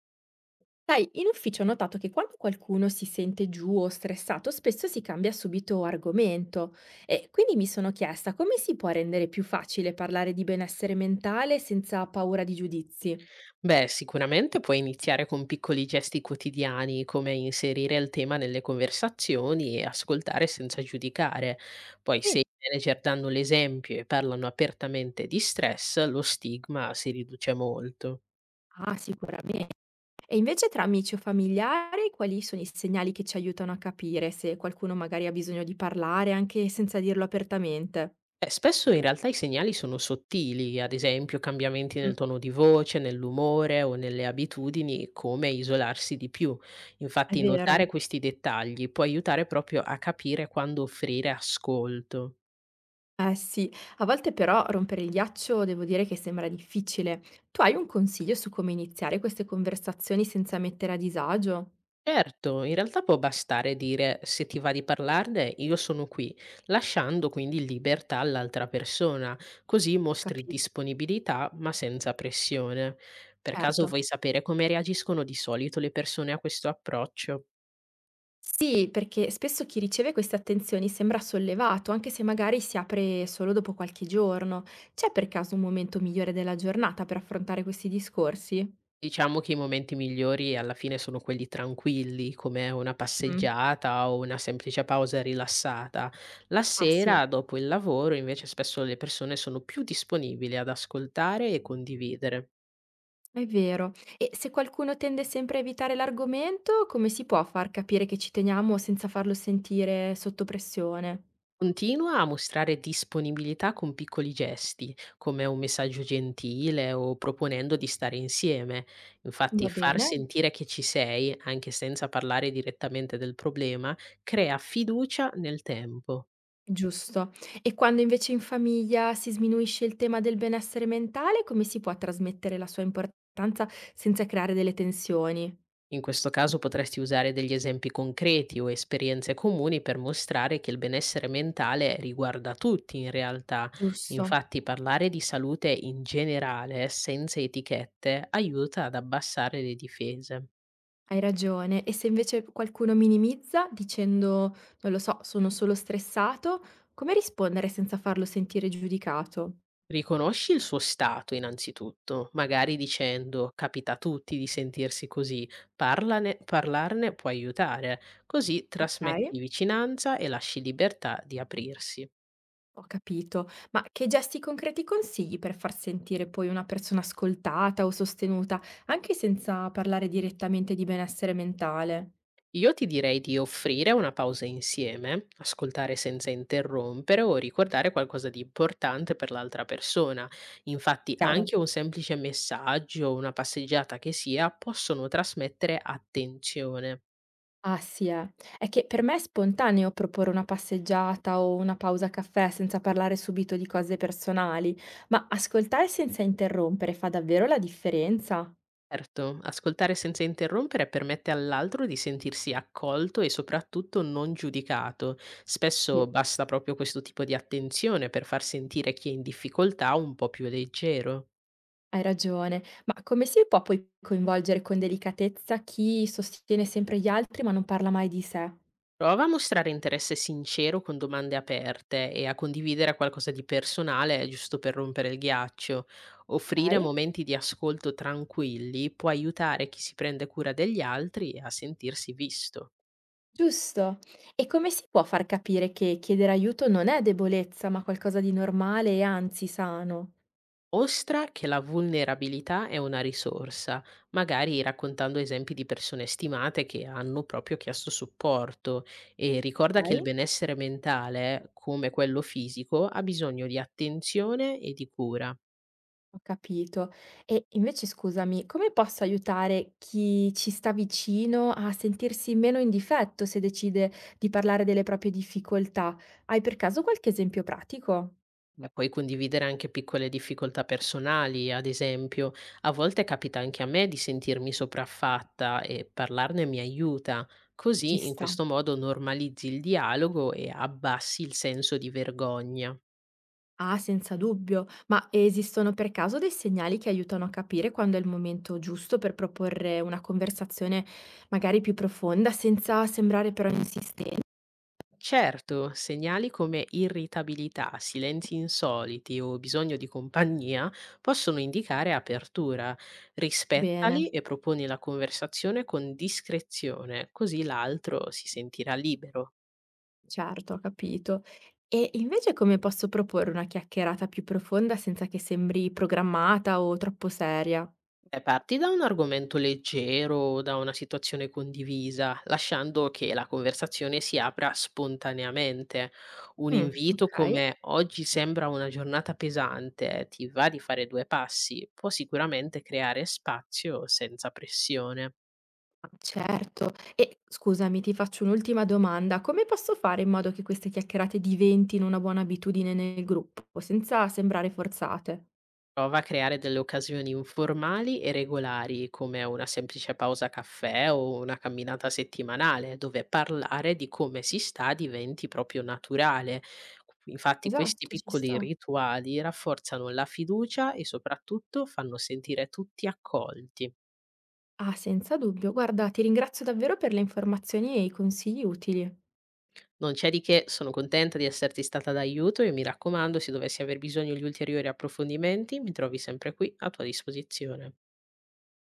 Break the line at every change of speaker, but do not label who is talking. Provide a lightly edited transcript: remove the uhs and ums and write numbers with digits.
Sai, in ufficio ho notato che quando qualcuno si sente giù o stressato, spesso si cambia subito argomento e quindi mi sono chiesta come si può rendere più facile parlare di benessere mentale senza paura di giudizi.
Beh, sicuramente puoi iniziare con piccoli gesti quotidiani, come inserire il tema nelle conversazioni e ascoltare senza giudicare. Poi, se i
Sì.
manager danno l'esempio e parlano apertamente di stress, lo stigma si riduce molto.
Ah, sicuramente. E invece tra amici o familiari, quali sono i segnali che ci aiutano a capire se qualcuno magari ha bisogno di parlare anche senza dirlo apertamente?
Spesso in realtà i segnali sono sottili, ad esempio cambiamenti nel
Mm,
tono di voce, nell'umore o nelle abitudini, come isolarsi di più.
è
Infatti,
vero.
notare questi dettagli può aiutare proprio a capire quando offrire ascolto.
Eh sì, a volte però rompere il ghiaccio devo dire che sembra difficile. Tu hai un consiglio su come iniziare queste conversazioni senza mettere a disagio?
Certo, in realtà può bastare dire se ti va di parlarne, io sono qui, lasciando quindi libertà all'altra persona, così mostri
Capito,
disponibilità ma senza pressione. Per caso
certo.
vuoi sapere come reagiscono di solito le persone a questo approccio?
Sì, perché spesso chi riceve queste attenzioni sembra sollevato, anche se magari si apre solo dopo qualche giorno. C'è per caso un momento migliore della giornata per affrontare questi discorsi?
Diciamo che i momenti migliori alla fine sono quelli tranquilli, come una
Mm.
passeggiata o una semplice pausa rilassata. La
Ah sì.
sera, dopo il lavoro, invece spesso le persone sono più disponibili ad ascoltare e condividere.
È vero. E se qualcuno tende sempre a evitare l'argomento, come si può far capire che ci teniamo senza farlo sentire sotto pressione?
Continua a mostrare disponibilità con piccoli gesti, come un messaggio gentile o proponendo di stare insieme. Infatti,
Va
far
bene,
sentire che ci sei, anche senza parlare direttamente del problema, crea fiducia nel tempo.
giusto. E quando invece in famiglia si sminuisce il tema del benessere mentale, come si può trasmettere la sua importanza senza creare delle tensioni?
In questo caso potresti usare degli esempi concreti o esperienze comuni per mostrare che il benessere mentale riguarda tutti in realtà.
Giusto.
Infatti parlare di salute in generale, senza etichette, aiuta ad abbassare le difese.
Hai ragione. E se invece qualcuno minimizza dicendo, non lo so, sono solo stressato, come rispondere senza farlo sentire giudicato?
Riconosci il suo stato innanzitutto, magari dicendo capita a tutti di sentirsi così, parlarne può aiutare, così
Ok.
trasmetti vicinanza e lasci libertà di aprirsi.
Ho capito, ma che gesti concreti consigli per far sentire poi una persona ascoltata o sostenuta, anche senza parlare direttamente di benessere mentale?
Io ti direi di offrire una pausa insieme, ascoltare senza interrompere o ricordare qualcosa di importante per l'altra persona. Infatti
Chiaro.
anche un semplice messaggio o una passeggiata che sia possono trasmettere attenzione.
Ah sì, eh. È che per me è spontaneo proporre una passeggiata o una pausa caffè senza parlare subito di cose personali, ma ascoltare senza interrompere fa davvero la differenza?
Certo, ascoltare senza interrompere permette all'altro di sentirsi accolto e soprattutto non giudicato. Spesso
Sì,
basta proprio questo tipo di attenzione per far sentire chi è in difficoltà un po' più leggero.
hai ragione, ma come si può poi coinvolgere con delicatezza chi sostiene sempre gli altri ma non parla mai di sé?
Prova a mostrare interesse sincero con domande aperte e a condividere qualcosa di personale giusto per rompere il ghiaccio. Offrire
Ok?
momenti di ascolto tranquilli può aiutare chi si prende cura degli altri a sentirsi visto.
Giusto. E come si può far capire che chiedere aiuto non è debolezza, ma qualcosa di normale e anzi sano?
Mostra che la vulnerabilità è una risorsa, magari raccontando esempi di persone stimate che hanno proprio chiesto supporto e ricorda che il
Okay,
benessere mentale, come quello fisico, ha bisogno di attenzione e di cura.
ho capito. E invece scusami, come posso aiutare chi ci sta vicino a sentirsi meno in difetto se decide di parlare delle proprie difficoltà? Hai per caso qualche esempio pratico?
E puoi condividere anche piccole difficoltà personali, ad esempio, a volte capita anche a me di sentirmi sopraffatta e parlarne mi aiuta.
Ci
Così in
sta.
questo modo normalizzi il dialogo e abbassi il senso di vergogna.
Ah, senza dubbio, ma esistono per caso dei segnali che aiutano a capire quando è il momento giusto per proporre una conversazione magari più profonda, senza sembrare però insistente?
Certo, segnali come irritabilità, silenzi insoliti o bisogno di compagnia possono indicare apertura. Rispettali
Bene,
e proponi la conversazione con discrezione, così l'altro si sentirà libero.
certo, ho capito. E invece come posso proporre una chiacchierata più profonda senza che sembri programmata o troppo seria?
Beh, parti da un argomento leggero o da una situazione condivisa, lasciando che la conversazione si apra spontaneamente. Un
Mm,
invito
ok.
come oggi sembra una giornata pesante, ti va di fare due passi, può sicuramente creare spazio senza pressione.
Certo. E scusami, ti faccio un'ultima domanda. Come posso fare in modo che queste chiacchierate diventino una buona abitudine nel gruppo, senza sembrare forzate?
Prova a creare delle occasioni informali e regolari, come una semplice pausa caffè o una camminata settimanale, dove parlare di come si sta diventi proprio naturale. Infatti questi
Esatto, ci
piccoli
sta.
rituali rafforzano la fiducia e soprattutto fanno sentire tutti accolti.
Ah, senza dubbio. Guarda, ti ringrazio davvero per le informazioni e i consigli utili.
Non c'è di che, sono contenta di esserti stata d'aiuto e mi raccomando, se dovessi aver bisogno di ulteriori approfondimenti, mi trovi sempre qui a tua disposizione.